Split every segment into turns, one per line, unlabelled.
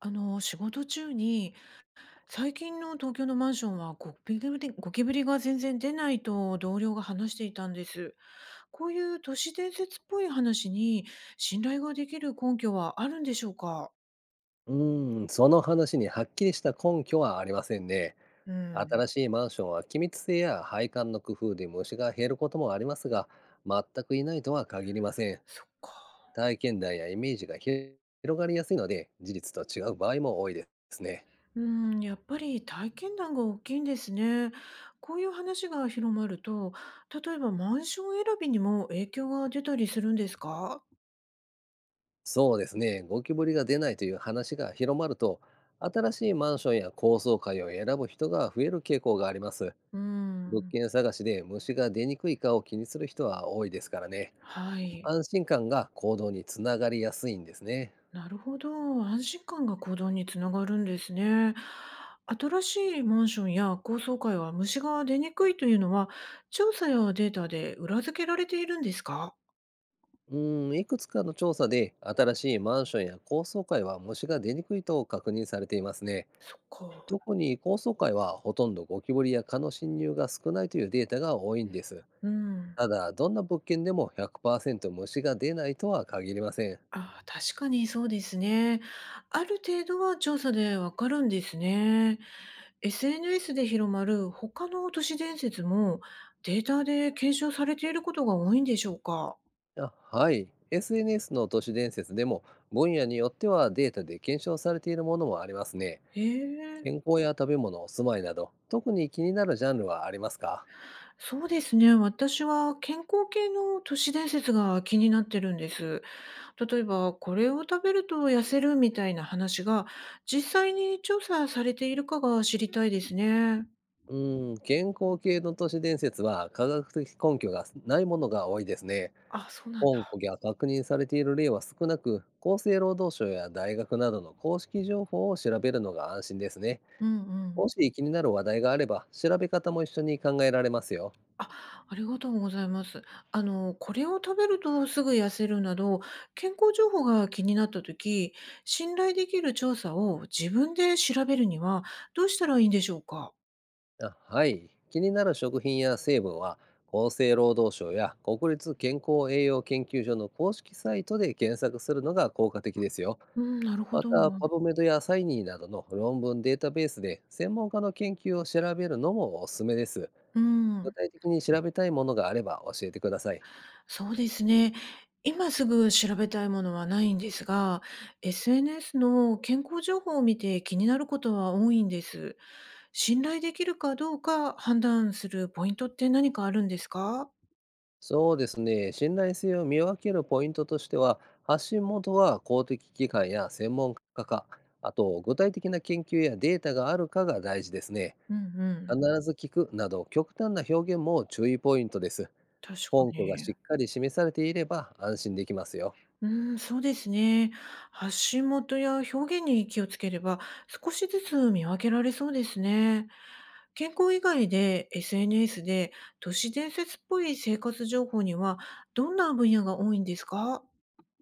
仕事中に、最近の東京のマンションはゴキブリが全然出ないと同僚が話していたんです。こういう都市伝説っぽい話に信頼ができる根拠はあるんでしょうか？
うーん、その話にはっきりした根拠はありませんね。
うん、
新しいマンションは気密性や配管の工夫で虫が減ることもありますが、全くいないとは限りません。
そっか。
体験談やイメージが広がりやすいので、事実と違う場合も多いですね。
うん、やっぱり体験談が大きいんですね。こういう話が広まると、例えばマンション選びにも影響が出たりするんですか？
そうですね、ゴキブリが出ないという話が広まると、新しいマンションや高層階を選ぶ人が増える傾向があります。
う
物
ん、
件探しで虫が出にくいかを気にする人は多いですからね。
はい。
安心感が行動につながりやすいんですね。
なるほど。安心感が行動につながるんですね。新しいマンションや高層階は虫が出にくいというのは、調査やデータで裏付けられているんですか？
うーん、いくつかの調査で新しいマンションや高層階は虫が出にくいと確認されていますね。
そっか。
特に高層階はほとんどゴキブリや蚊の侵入が少ないというデータが多いんです。
うん。
ただ、どんな物件でも100%虫が出ないとは限りません。
あ、確かにそうですね。ある程度は調査でわかるんですね。SNS で広まる他の都市伝説もデータで検証されていることが多いんでしょうか？
あ、はい。SNS の都市伝説でも分野によってはデータで検証されているものもありますね。
へえ。
健康や食べ物、住まいなど、特に気になるジャンルはありますか？
そうですね、私は健康系の都市伝説が気になってるんです。例えば、これを食べると痩せるみたいな話が実際に調査されているかが知りたいですね。
うーん、健康系の都市伝説は科学的根拠がないものが多いですね。
あ、そうなん
本
だ。
故が確認されている例は少なく、厚生労働省や大学などの公式情報を調べるのが安心ですね。
うんうん。
もし気になる話題があれば、調べ方も一緒に考えられますよ。
あ、ありがとうございます。これを食べるとすぐ痩せるなど、健康情報が気になった時、信頼できる調査を自分で調べるにはどうしたらいいんでしょうか。
あ、はい。気になる食品や成分は、厚生労働省や国立健康栄養研究所の公式サイトで検索するのが効果的ですよ。
うん、なるほ
ま
ど。
た、パブメドやサイニーなどの論文データベースで専門家の研究を調べるのもおすすめです。
う
具
ん。
体的に調べたいものがあれば教えてください。
そうですね。今すぐ調べたいものはないんですが、SNS の健康情報を見て気になることは多いんです。信頼できるかどうか判断するポイントって何かあるんですか？
そうですね、信頼性を見分けるポイントとしては、発信元は公的機関や専門家か、あと具体的な研究やデータがあるかが大事ですね。
うんうん、
必ず聞くなど極端な表現も注意ポイントです。
確か
根拠が
に。
しっかり示されていれば安心できますよ。
うーん、そうですね。発信元や表現に気をつければ、少しずつ見分けられそうですね。健康以外で SNS で都市伝説っぽい生活情報にはどんな分野が多いんですか？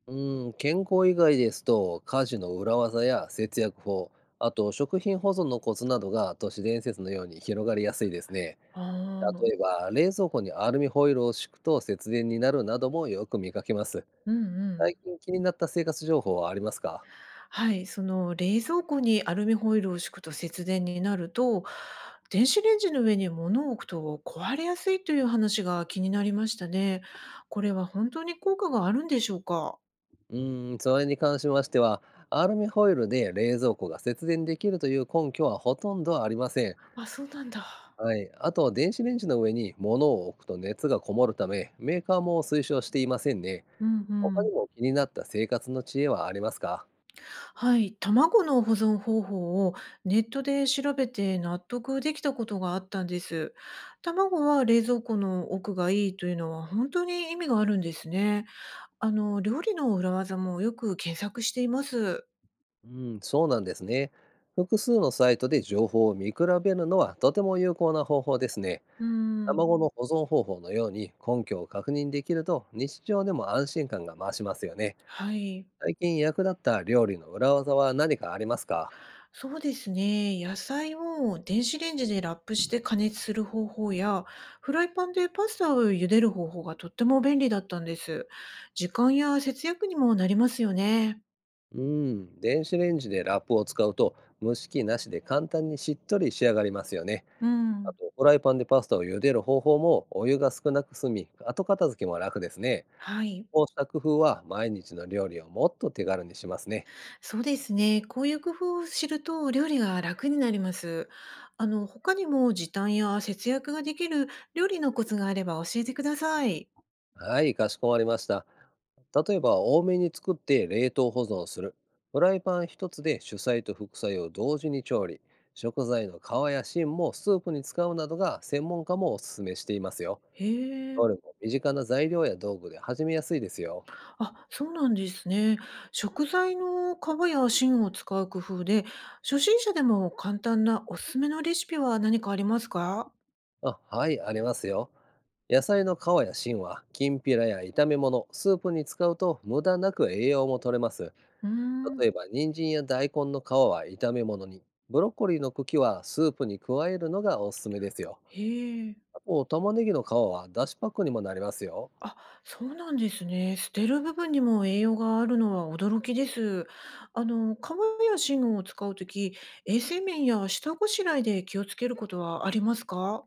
うん、健康以外ですと、家事の裏技や節約法、あと食品保存のコツなどが都市伝説のように広がりやすいですね。
あー。
例えば、冷蔵庫にアルミホイルを敷くと節電になるなどもよく見かけます。
うんう
最
ん。
近気になった生活情報はありますか？
はい、その冷蔵庫にアルミホイルを敷くと節電になると、電子レンジの上に物を置くと壊れやすいという話が気になりましたね。これは本当に効果があるんでしょうか？
うーん、それに関しましては、アルミホイルで冷蔵庫が節電できるという根拠はほとんどありません。
あ、そうなんだ。
はい。あと、電子レンジの上に物を置くと熱がこもるため、メーカーも推奨していませんね。
うんう
他に
ん。
も気になった生活の知恵はありますか？
はい、卵の保存方法をネットで調べて納得できたことがあったんです。卵は冷蔵庫の奥がいいというのは本当に意味があるんですね。料理の裏技もよく検索しています。
うん、そうなんですね。複数のサイトで情報を見比べるのはとても有効な方法ですね。
うん。
卵の保存方法のように根拠を確認できると日常でも安心感が増しますよね。
はい。
最近役立った料理の裏技は何かありますか？
そうですね。野菜を電子レンジでラップして加熱する方法や、フライパンでパスタを茹でる方法がとっても便利だったんです。時間や節約にもなりますよね。
うん、電子レンジでラップを使うと蒸し器なしで簡単にしっとり仕上がりますよね。
う
あ
ん。
とフライパンでパスタを茹でる方法もお湯が少なく済み後片付けも楽ですね。
はい。
こうした工夫は毎日の料理をもっと手軽にしますね。
そうですね。こういう工夫を知ると料理が楽になります。他にも時短や節約ができる料理のコツがあれば教えてください。
はい、かしこまりました。例えば、多めに作って冷凍保存する。フライパン一つで主菜と副菜を同時に調理。食材の皮や芯もスープに使うなどが専門家もおすすめしていますよ。
へ
ど
え。
れも身近な材料や道具で始めやすいですよ。
あ、そうなんですね。食材の皮や芯を使う工夫で、初心者でも簡単なおすすめのレシピは何かありますか？
あ、はい、ありますよ。野菜の皮や芯は、きんぴらや炒め物、スープに使うと無駄なく栄養も取れます。
うーん、
例えば、人参や大根の皮は炒め物に、ブロッコリーの茎はスープに加えるのがおすすめですよ。
へえ。
あと、玉ねぎの皮はだしパックにもなりますよ。
あ、そうなんですね。捨てる部分にも栄養があるのは驚きです。皮や芯を使うとき、衛生面や下ごしらえで気をつけることはありますか？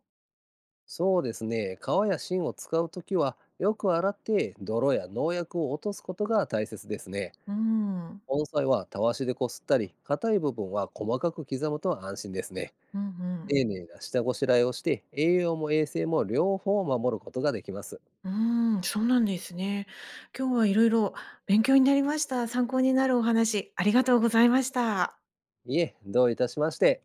そうですね、皮や芯を使うときは、よく洗って泥や農薬を落とすことが大切ですね。
うーん、
根菜はたわしでこすったり、硬い部分は細かく刻むと安心ですね。
うんうん。
丁寧な下ごしらえをして、栄養も衛生も両方守ることができます。
うーん、そうなんですね。今日はいろいろ勉強になりました。参考になるお話、ありがとうございました。
いえ、どういたしまして。